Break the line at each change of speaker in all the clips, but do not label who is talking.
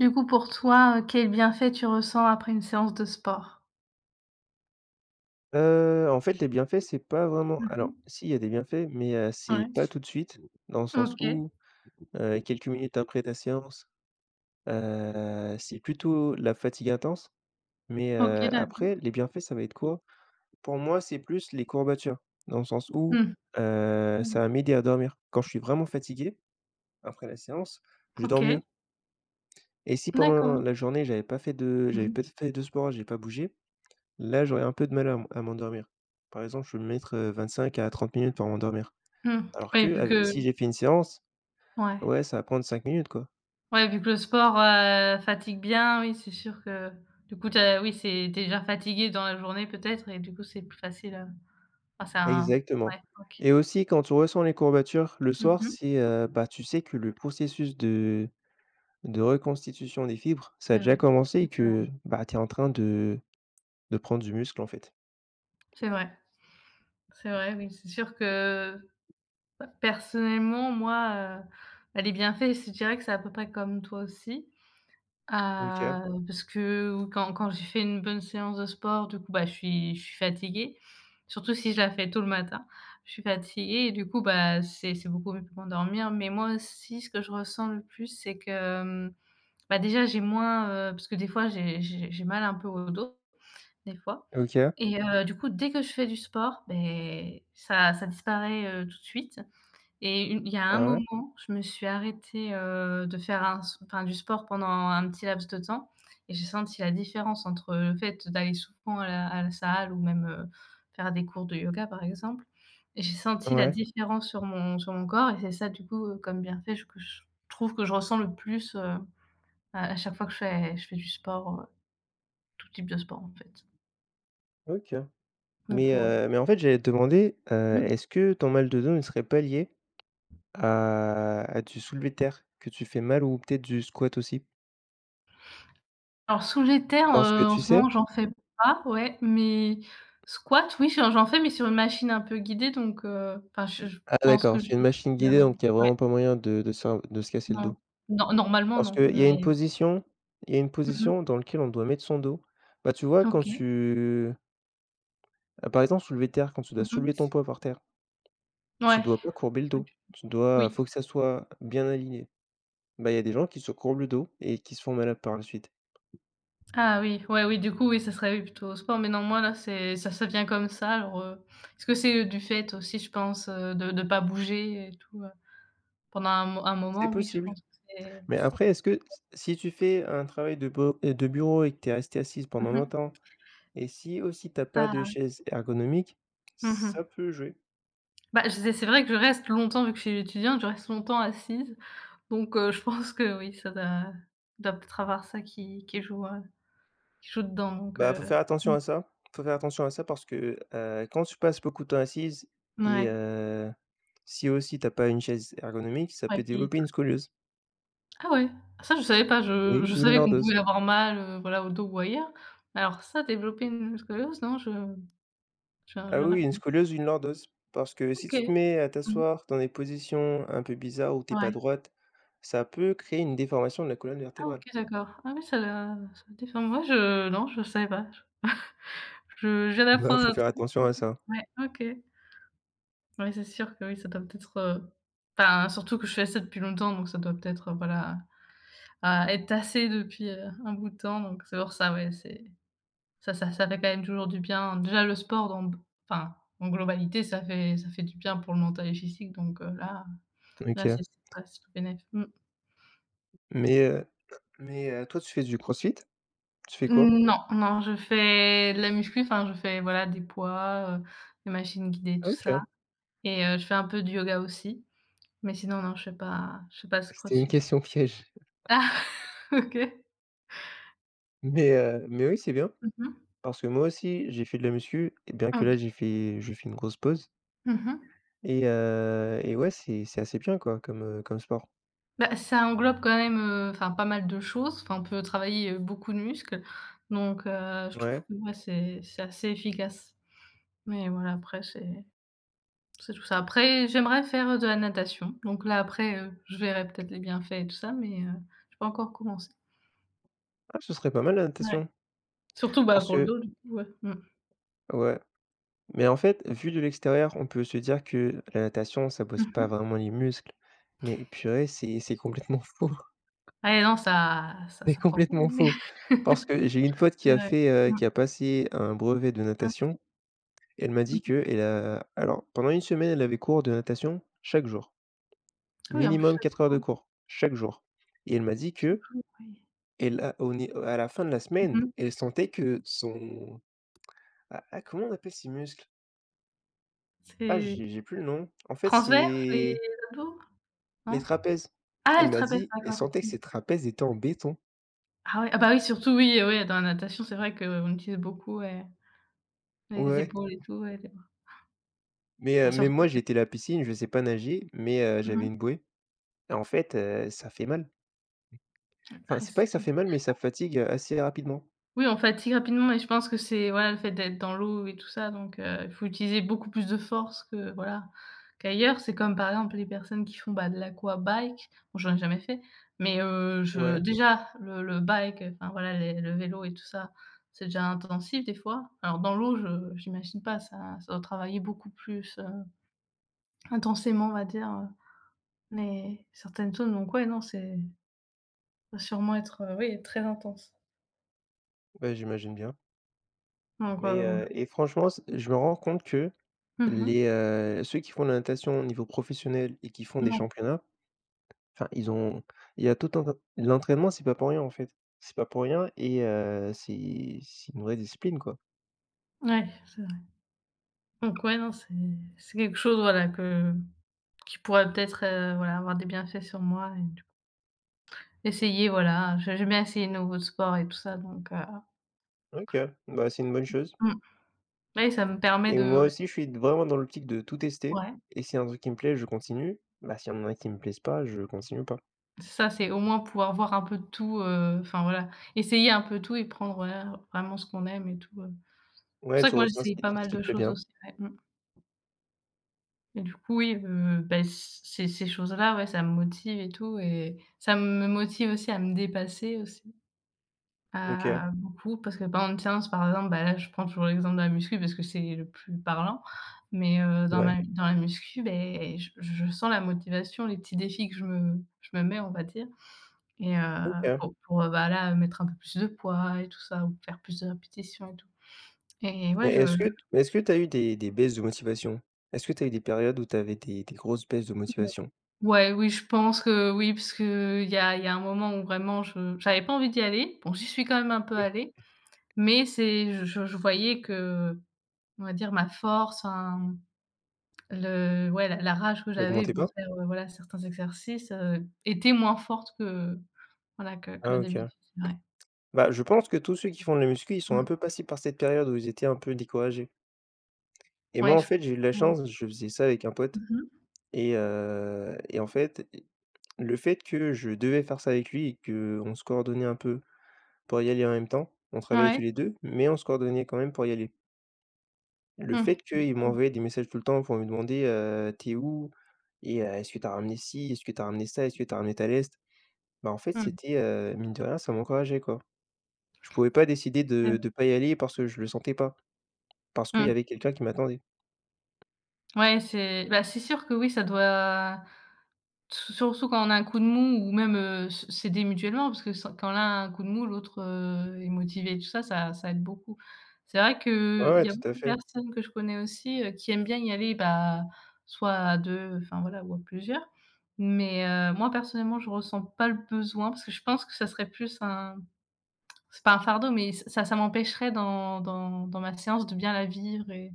Du coup, pour toi, quel bienfait tu ressens après une séance de sport?
En fait, les bienfaits, c'est pas vraiment alors
Mmh.
si, il y a des bienfaits, mais c'est
Ouais.
pas tout de suite, dans le sens
OK.
où, quelques minutes après ta séance, c'est plutôt la fatigue intense, mais
OK, d'accord.
après, les bienfaits, ça va être quoi? Pour moi, c'est plus les courbatures, dans le sens où,
Mmh mh.
ça va m'aider à dormir. Quand je suis vraiment fatigué, après la séance, je dors mieux
OK.
et si pendant
D'accord.
la journée,
Mmh
j'avais
mh.
pas fait de sport, j'ai pas bougé, là, j'aurais un peu de mal à m'endormir. Par exemple, je vais me mettre, 25 à 30 minutes pour m'endormir.
Mmh.
Alors
Oui,
que
vu
ave
que
si j'ai fait une séance,
ouais.
ouais, ça va prendre 5 minutes, quoi.
Ouais, vu que le sport, fatigue bien, oui, c'est sûr que du coup, t'as oui, c'est t'es déjà fatigué dans la journée peut-être et du coup, c'est plus facile, enfin, c'est un
Exactement.
ouais, OK.
Et aussi quand on ressent les courbatures le soir,
Mmh.
c'est, bah, tu sais que le processus de reconstitution des fibres, ça a
C'est
déjà
vrai.
commencé et que, bah, tu es en train de prendre du muscle, en fait.
C'est vrai. C'est vrai, oui, c'est sûr que. Bah, personnellement, moi, bah, les bienfaits, je dirais que c'est à peu près comme toi aussi.
OK.
Ah, parce que quand j'ai fait une bonne séance de sport, du coup, bah, je suis fatiguée, surtout si je la fais tôt le matin. Je suis fatiguée et du coup, bah, c'est beaucoup mieux pour m'endormir. Mais moi aussi, ce que je ressens le plus, c'est que, bah, déjà, j'ai moins, parce que des fois, j'ai mal un peu au dos, des fois.
OK.
Et du coup, dès que je fais du sport, ben ça disparaît, tout de suite. Et une il y a un
Ah ouais?
moment, je me suis arrêtée, de faire un s enfin, du sport pendant un petit laps de temps et j'ai senti la différence entre le fait d'aller souvent à la salle ou même, faire des cours de yoga, par exemple. Et j'ai senti la
Ouais.
différence sur mon corps et c'est ça, du coup, comme bienfait je que je trouve que je ressens le plus, à chaque fois que je fais du sport, tout type de sport, en fait.
OK.
Du
Mais,
coup,
heu, mais en fait, j'allais te demander,
mmh.
est-ce que ton mal de dos ne serait pas lié à du soulevé de terre? Que tu fais mal ou peut-être du squat aussi?
Alors soulevé terre,
Parce que
en
tu
ce moment,
sais.
j'en fais pas, ouais, mais squat, oui, j'en fais, mais sur une machine un peu guidée, donc enfin, je
Ah
pense
d'accord,
que je
c'est une
suis
machine
bien
guidée, donc il y a
ouais,
vraiment pas moyen de se casser le
non,
dos.
no normalement,
Parce
non,
qu'
mais
il y a une
mmh mh.
position dans lequel on doit mettre son dos. Bah, tu vois quand
OK.
par exemple, soulever de terre, quand tu dois
Mmh
soulever
mh.
ton poids par terre, tu
Ouais,
dois pas courber le dos. Tu dois
ouais, oui.
faut que ça soit bien aligné. Bah, il y a des gens qui se courbent le dos et qui se font malade par la suite.
Ah oui, ouais, oui, du coup, oui, ça serait, oui, plutôt au sport, mais non, moi, là, c'est ça vient comme ça, alors, est-ce que c'est du fait aussi, je pense, de pas bouger et tout, pendant un
C'est
moment, oui, je
possible.
pense que c'est
Mais après, est-ce que s si tu fais un travail de bureau et que tu es resté assise pendant
mmh mh,
longtemps et si aussi t'as pas de
ça
chaise ergonomique,
mmh
ça
mh.
peut jouer.
Bah, je disais, c'est vrai que je reste longtemps vu que je suis étudiante, je reste longtemps assise, donc je pense que oui, ça doit peut-être avoir ça qui joue, qui joue dedans donc
Bah, faut faire attention
mmh,
à ça. Faut faire attention à ça parce que, quand tu passes beaucoup de temps assise et
mouais,
si aussi t'as pas une chaise ergonomique, ça peut
ouais qui
développer une scoliose.
ah ouais? Ça je savais pas, je
Oui,
je
ou une
savais qu'on
lordose.
pouvait avoir mal, voilà au dos ou ailleurs, alors ça développer une scoliose, non je
Ah
viens
oui, oui, une
d'apprendre.
scoliose ou une lordose. Parce que si
OK.
tu te mets à
Mmh,
t'asseoir dans des positions un peu bizarres où t'es pas
ouais.
droite, ça peut créer une déformation de la colonne
Ah, OK,
vertébrale.
d'accord. Ah oui, ça doit déformer. Moi je non je savais pas. Je viens
Bah,
d'apprendre
faut
un
faire
truc.
attention à ça.
Ouais, OK. Ouais, c'est sûr que oui, ça doit peut-être, enfin, surtout que je fais ça depuis longtemps, donc ça doit peut-être, voilà, à être tassé depuis, un bout de temps, donc c'est pour ça, ouais, c'est ça fait quand même toujours du bien. Déjà le sport dans enfin, en globalité, ça fait du bien pour le mental et physique, donc là,
OK.
c'est ouais, c'est tout bénef. Mmh.
Mais heu toi, tu fais du crossfit? Tu fais quoi?
Non, non, je fais de la muscu, enfin, je fais, voilà, des poids, des machines guidées, tout ça
OK.
et je fais un peu de yoga aussi, mais sinon, non, je fais pas de
C'était une
crossfit.
question piège.
Ah! OK.
Mais oui, c'est bien.
Mmh mh.
Parce que moi aussi, j'ai fait de la muscu et bien que
OK.
là, j'ai fait je fais une grosse pause
Mmh mh.
et ouais, c'est assez bien quoi comme, comme sport.
Bah, ça englobe quand même, enfin pas mal de choses. Enfin, on peut travailler, beaucoup de muscles donc je trouve
Ouais.
que ouais, c'est assez efficace. Mais voilà, après c'est tout ça. Après, j'aimerais faire, de la natation donc là, après, je verrai peut-être les bienfaits et tout ça mais j'ai pas encore commencé.
Ah, ce serait pas mal la
Ouais.
natation
Surtout, bah,
parce
pour le
que
dos du coup, ouais. Mmh.
ouais, mais en fait, vu de l'extérieur, on peut se dire que la natation, ça bosse
Mmh
pas
mh.
vraiment les muscles, mais purée, c'est complètement faux,
Ah et non, ça ça
mais
ça prend pas
complètement
mais
faux. Parce que j'ai une pote qui
c'est
a
vrai.
fait,
Mmh mh.
qui a passé un brevet de natation. Elle m'a
Mmh
dit
mh.
que elle a alors pendant une semaine, elle avait cours de natation chaque jour.
Ah oui, en plus
Minimum
chaque
4 heures de
fois
cours, chaque jour et elle m'a dit
chaque
que
jour, oui.
elle a au est à la fin de la
Mmh
semaine,
mh.
elle sentait que son. Ah ah, comment on appelle ces muscles? Ah,
C'est
j'ai plus le nom. En fait,
transverse, les
c'est
abdos?
les
Non?
trapèzes.
Ah,
Elle
les
m'a
trapèzes,
dit, elle
d'accord.
sentait que
Mmh.
ses trapèzes étaient en béton.
Ah ouais, ah bah oui, surtout oui, oui, dans la natation, c'est vrai qu'on utilise beaucoup, ouais,
Ouais,
les
ouais,
épaules et tout, ouais, les bras. Ah
mais
surtout,
moi,
ouais.
j'étais à la piscine, je sais pas nager, mais
Mmh
j'avais
mh.
une bouée et en fait, ça fait mal. Enfin,
Ouais,
c'est pas
c'est
que ça
sûr.
fait mal, mais ça fatigue, assez rapidement.
Oui, on fatigue rapidement et je pense que c'est voilà, le fait d'être dans l'eau et tout ça, donc il faut utiliser beaucoup plus de force que voilà, qu'ailleurs. C'est comme, par exemple, les personnes qui font, bah, de l'aquabike. Bon, j'en ai jamais fait, mais je
Ouais,
déjà le bike, enfin voilà, les le vélo et tout ça, c'est déjà intensif des fois. Alors dans l'eau, je j'imagine pas, ça doit travailler beaucoup plus, intensément, on va dire, les certaines zones, donc ouais, non, c'est ça doit sûrement être, oui, très intense.
bah, j'imagine bien,
Donc
et franchement, c je me rends compte que
mmh mh.
Ceux qui font de la natation au niveau professionnel et qui font des
Non,
championnats, enfin, ils ont il y a tout un l'entraînement, c'est pas pour rien, en fait. C'est pas pour rien et c'est une vraie discipline, quoi.
ouais, c'est. Donc ouais, non, c'est quelque chose, voilà, que qui pourrait peut-être, voilà, avoir des bienfaits sur moi et du coup essayer, voilà, j'aime bien essayer de nouveaux sports et tout ça donc
OK, bah, c'est une bonne chose
mmh, oui, ça me permet
et
de
moi
ouais,
aussi, je suis vraiment dans l'optique de tout tester
ouais,
et s'il y a un truc qui me plaît, je continue. Bah, s'il y en a qui me plaisent pas, je continue pas.
c'est ça, c'est au moins pouvoir voir un peu de tout, enfin voilà, essayer un peu tout et prendre, voilà, vraiment ce qu'on aime et tout. C'est pour
Ouais,
ça
tu
que moi,
retiens ce
j'essaye
qui
pas
ce
mal
qui
de
te plaît
choses
bien.
aussi, ouais, mmh et du coup, oui, beh, c ces choses-là, ouais, ça me motive et tout et ça me motive aussi à me dépasser aussi.
OK,
Beaucoup parce que pendant une séance, par exemple, bah, là, je prends toujours l'exemple de la muscu parce que c'est le plus parlant, mais
ouais,
dans la muscu, beh, je sens la motivation, les petits défis que je me mets, on va dire et
OK.
bah, là, mettre un peu plus de poids et tout ça ou faire plus de répétitions et tout et ouais,
Mais est-ce que tu as eu des baisses de motivation? Est-ce que tu as eu des périodes où tu avais des grosses baisses de motivation?
je ouais, oui, je pense que oui, parce qu'il y a un moment où vraiment je j'avais pas envie d'y aller. Bon, j'y suis quand même un peu allée, mais c'est je voyais que, on va dire, ma force, enfin Le ouais, la rage que
Ça
j'avais
augmentait
pour
pas?
faire, voilà, certains exercices, était moins forte que voilà, que
Ah OK.
d'habitude, c'est vrai.
Bah, je pense que tous ceux qui font de la muscu, ils sont un
Mmh.
peu passés par cette période où ils étaient un peu découragés et moi,
Ouais,
en
je
fait, j'ai eu de la
comprends.
chance, je faisais ça avec un pote
Mmh mh.
et en fait, le fait que je devais faire ça avec lui et qu'on se coordonnait un peu pour y aller en même temps, on travaillait tous
Ouais.
les 2 mais on se coordonnait quand même pour y aller. Le
Mmh.
fait qu'ils m'ont
Mmh.
envoyé des messages tout le temps pour me demander: «Tu où? Et est-ce que t'as ramené ci? Est-ce que t'as ramené ça? Est-ce que t'as ramené ta leste?» Bah, en fait, c'était, mine de rien, ça m'encourageait, quoi. Je pouvais pas décider
Mmh.
de pas y aller parce que je le sentais pas, parce qu'il y
Mmh.
avait quelqu'un qui m'attendait.
Ouais, c'est bah, c'est sûr que oui, ça doit surtout quand on a un coup de mou ou même, s'aider mutuellement parce que s quand l'un a un coup de mou, l'autre, est motivé et tout ça, ça aide beaucoup. C'est vrai
Ouais,
qu'il
ouais,
y a
tout
beaucoup
à
de
fait.
personnes que je connais aussi, qui aiment bien y aller, bah, soit à 2 enfin voilà, ou à plusieurs. Mais, moi personnellement, je ressens pas le besoin parce que je pense que ça serait plus un c'est pas un fardeau, mais ç ça ça m'empêcherait dans ma séance de bien la vivre et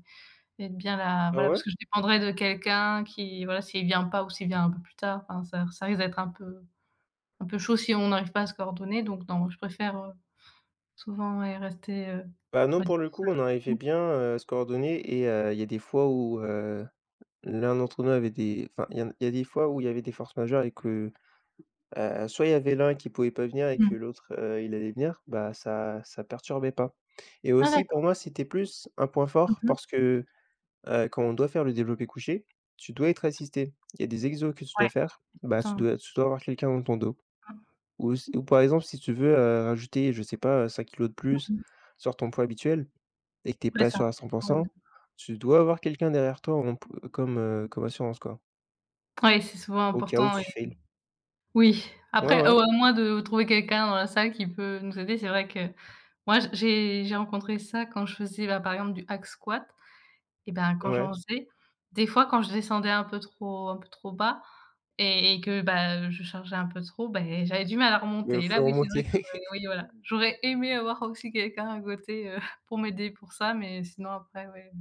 être bien là,
Ah
voilà,
ouais?
parce que je dépendrais de quelqu'un qui voilà, s'il vient pas ou s'il vient un peu plus tard, enfin ça risque d'être un peu chaud si on n'arrive pas à se coordonner donc non, je préfère, souvent, ouais, rester,
Bah,
on
non,
va dire
pour le coup, on arrivait
seule.
bien, à se coordonner et il y a des fois où, l'un d'entre nous avait des enfin, il y a des fois où il y avait des forces majeures et que, soit il y avait l'un qui pouvait pas venir et
Mmh
que
mh.
l'autre, il allait venir, bah, ça perturbait pas et
Ah,
aussi pour
d'accord.
moi, c'était plus un point fort
Mmh.
parce que, quand on doit faire le développé couché, tu dois être assisté. Il y a des exos que tu
Ouais.
dois faire, bah, tu
Important, ouais.
dois tu dois avoir quelqu'un dans ton dos ou par exemple, si tu veux, rajouter, je sais pas, 5 kilos de plus
Mmh.
sur ton poids habituel et que t'es
Ouais,
pas
c'est
sûr à
important,
cent pour
ouais.
100, tu dois avoir quelqu'un derrière toi en p comme, comme assurance, quoi.
Ouais, c'est souvent
Au cas où
important et
tu fail.
oui.
Ouais,
Après,
ouais,
au à moins de trouver quelqu'un dans la salle qui peut nous aider, c'est vrai que moi, j'ai rencontré ça quand je faisais, bah, par exemple du hack squat. Et ben, quand j'en
ouais,
faisais, des fois quand je descendais un peu trop bas et que, bah, je chargeais un peu trop, ben j'avais du mal à
mais il
remonter et là,
faut
oui, c'est vrai
remonter.
que j'aurais oui, voilà, j'aurais aimé avoir aussi quelqu'un à côté, pour m'aider pour ça, mais sinon après, ouais,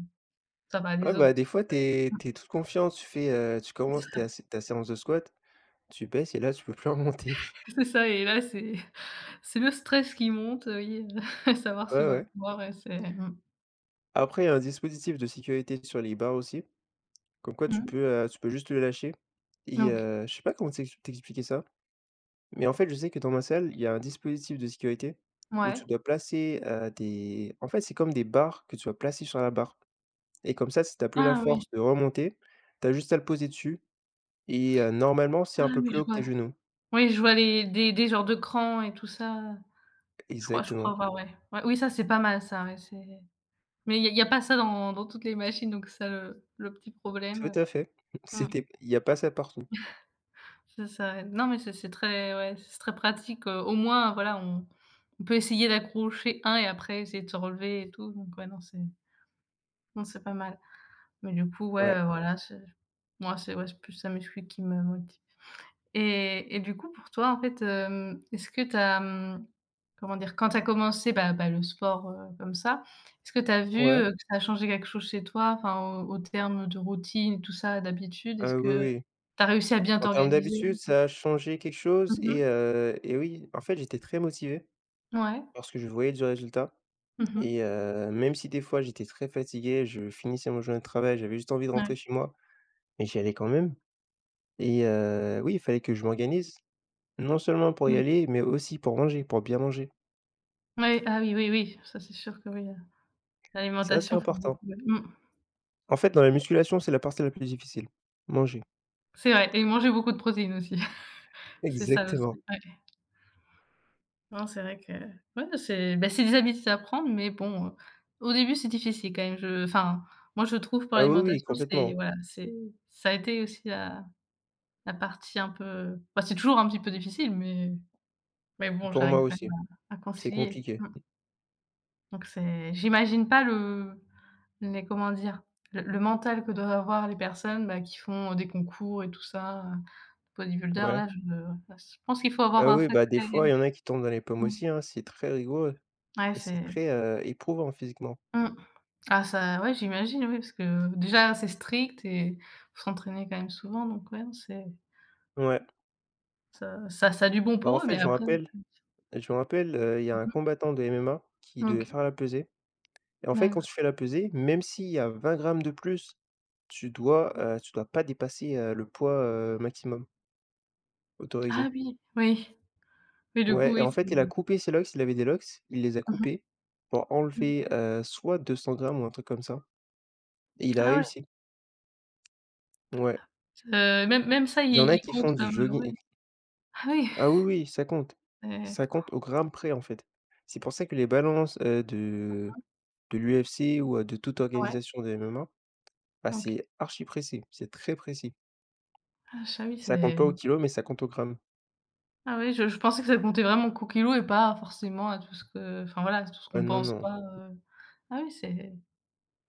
ça va,
Ouais,
les autres
bah, des fois, t'es toute confiance tu fais, tu
c'est
commences
ça
ta séance de squat, tu baisses et là, tu peux plus remonter.
et là, c'est le stress qui monte, oui, savoir si on
Ouais,
va
ouais.
pouvoir et c'est mmh.
Après, il y a un dispositif de sécurité sur les barres aussi, comme quoi
Mmh.
tu peux juste le lâcher et
Donc
je sais pas comment t'expliquer ça, mais en fait, je sais que dans ma salle, il y a un dispositif de sécurité où
ouais.
tu dois placer, des en fait, c'est comme des barres que tu vas placer sur la barre et comme ça, si tu plus la
Ah oui,
force de remonter, t'as juste à le poser dessus. Et normalement, c'est
ah
un peu
oui,
plus
je
haut que tes
vois.
genoux.
Oui, je vois les des genres de crans et tout ça, je crois
Exactement.
avoir, ouais. Ouais, oui, ça, c'est pas mal ça, ouais, c'est mais il y a pas ça dans toutes les machines, donc c'est ça le petit problème,
Tout à fait.
mmh,
C'était il n'y a pas ça partout.
c'est ça. Ouais. Non, mais c'est très ouais, c'est très pratique, au moins, voilà, on peut essayer d'accrocher un et après essayer de se relever et tout, donc ouais, non, c'est non, c'est pas mal. Mais du coup, ouais,
Ouais.
voilà, c'est moi, c'est ouais, c'est plus la muscu qui me motive. Et du coup, pour toi, en fait, est-ce que tu as, comment dire? Quand tu as commencé, bah, le sport, comme ça, est-ce que tu as vu,
Ouais.
que ça a changé quelque chose chez toi? Enfin, au terme de routine, tout ça, d'habitude, est-ce
Ah oui,
que
oui.
tu as réussi à bien
En termes
t'organiser?
d'habitude, ça a changé quelque chose
Mmh.
et oui, en fait, j'étais très motivé
Ouais.
parce que je voyais du résultat et
Mmh.
même si des fois j'étais très fatigué, je finissais mon journée de travail, j'avais juste envie de
Ouais.
rentrer chez moi, mais j'y allais quand même et oui, il fallait que je m'organise, non seulement pour y
Donc
aller, mais aussi pour manger, pour bien manger.
ouais, ah oui, oui, oui, ça, c'est sûr que oui,
Ça, c'est
l'alimentation fait beaucoup,
important.
ouais. Mmh.
En fait, dans la musculation, c'est la partie la plus difficile, manger.
C'est vrai et manger beaucoup de protéines aussi. C'est ça aussi,
Exactement.
ouais. Non, c'est vrai que ouais, c'est bah, c'est des habitudes à prendre, mais bon, au début, c'est difficile quand même. Je enfin, moi, je trouve pour
Ah oui, oui,
l'alimentation, c'est
complètement.
voilà, c'est ça a été aussi la partie un peu bah, c'est toujours un petit peu difficile, mais bon,
Pour moi
j'arrive quand même
aussi,
à
c'est
concilier.
compliqué.
Mmh, donc c'est j'imagine pas le les comment dire? Le mental que doivent avoir les personnes, bah, qui font des concours et tout ça, bodybuilder
Ouais.
là, je ouais, je pense qu'il faut avoir
Ah
un
oui, bah,
sacré
des fois, il y en a qui tombent dans les pommes
mmh,
aussi, hein, c'est très rigoureux
ouais,
et c'est
c'est
très, éprouvant physiquement.
mmh. Ah ça ouais, j'imagine, oui, parce que déjà c'est strict et faut s'entraîner quand même souvent, donc ouais, c'est
Ouais.
ça a du bon
Bah, en
pour eux,
fait,
mais après
je me rappelle, il y a un combattant de MMA qui devait
OK,
faire la pesée et en fait, quand
d'accord.
tu fais la pesée, même s'il y a 20 grammes de plus, tu dois pas dépasser, le poids, maximum autorisé.
Ah oui, oui, oui, du coup,
Ouais et
oui,
en fait, il a
c'est
coupé ses locks, il avait des locks, il les a
mmh
coupés pour
mh, mmh.
enlever, soit 200 grammes ou un truc comme ça. Et il a
Ah ouais,
réussi, ouais.
même ça,
Il y en
ils
a
ils
qui font
comptent
du
comme, ouais.
jogging.
Ah oui,
Ah oui, oui, ça compte.
c'est
Ça compte au gramme près, en fait. C'est pour ça que les balances, de l'UFC ou, de toute
ouais,
organisation de MMA, bah,
OK.
c'est archi précis, c'est très précis.
Ah je ah oui, c'est
Ça compte pas au kilo, mais ça compte au gramme.
ah oui, je pensais que ça comptait vraiment qu'aux kilogrammes et pas forcément à tout ce que enfin voilà, tout ce
Ah
qu'on
non,
pense
non.
pas, ah oui, c'est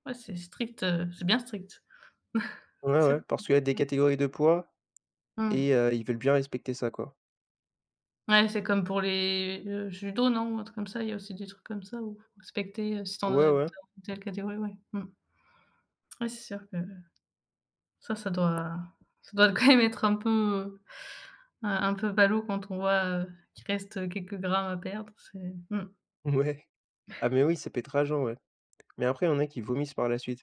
ouais, c'est strict, c'est bien strict.
Ouais,
C'est sûr.
ouais, parce qu'il y a des catégories de poids et
Mmh.
ils veulent bien respecter ça, quoi.
Ouais, c'est comme pour les le judo, non? Ou un truc comme ça, il y a aussi des trucs comme ça où faut respecter, si tu en
Ouais,
as tu
ouais,
es telle catégorie, ouais. Mmh. Ouais, c'est sûr que ça, ça doit quand même être un peu, un peu ballot quand on voit, qu'il reste, quelques grammes à perdre, c'est mmh.
ouais. Ah mais oui, ça peut être rageant, ouais. Mais après, il y en a qui vomissent par la suite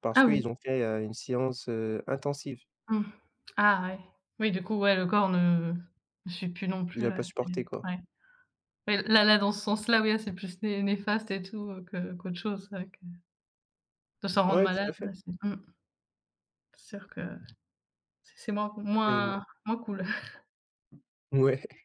parce
Ah oui.
qu'ils ont fait, une séance, intensive.
Mmh. Ah ouais. Oui, du coup, ouais, le corps ne suit plus non
Il
plus
a pas
là, c'est
supporté, quoi.
ouais. Ouais, là, dans ce sens-là, oui, là, c'est plus né néfaste et tout, que qu'autre chose. C'est vrai que de s'en rendre
Ouais, tout
malade,
à fait.
ouais, c'est mmh, c'est sûr que c'est moins
Mais bon,
moins moins cool.
ouais.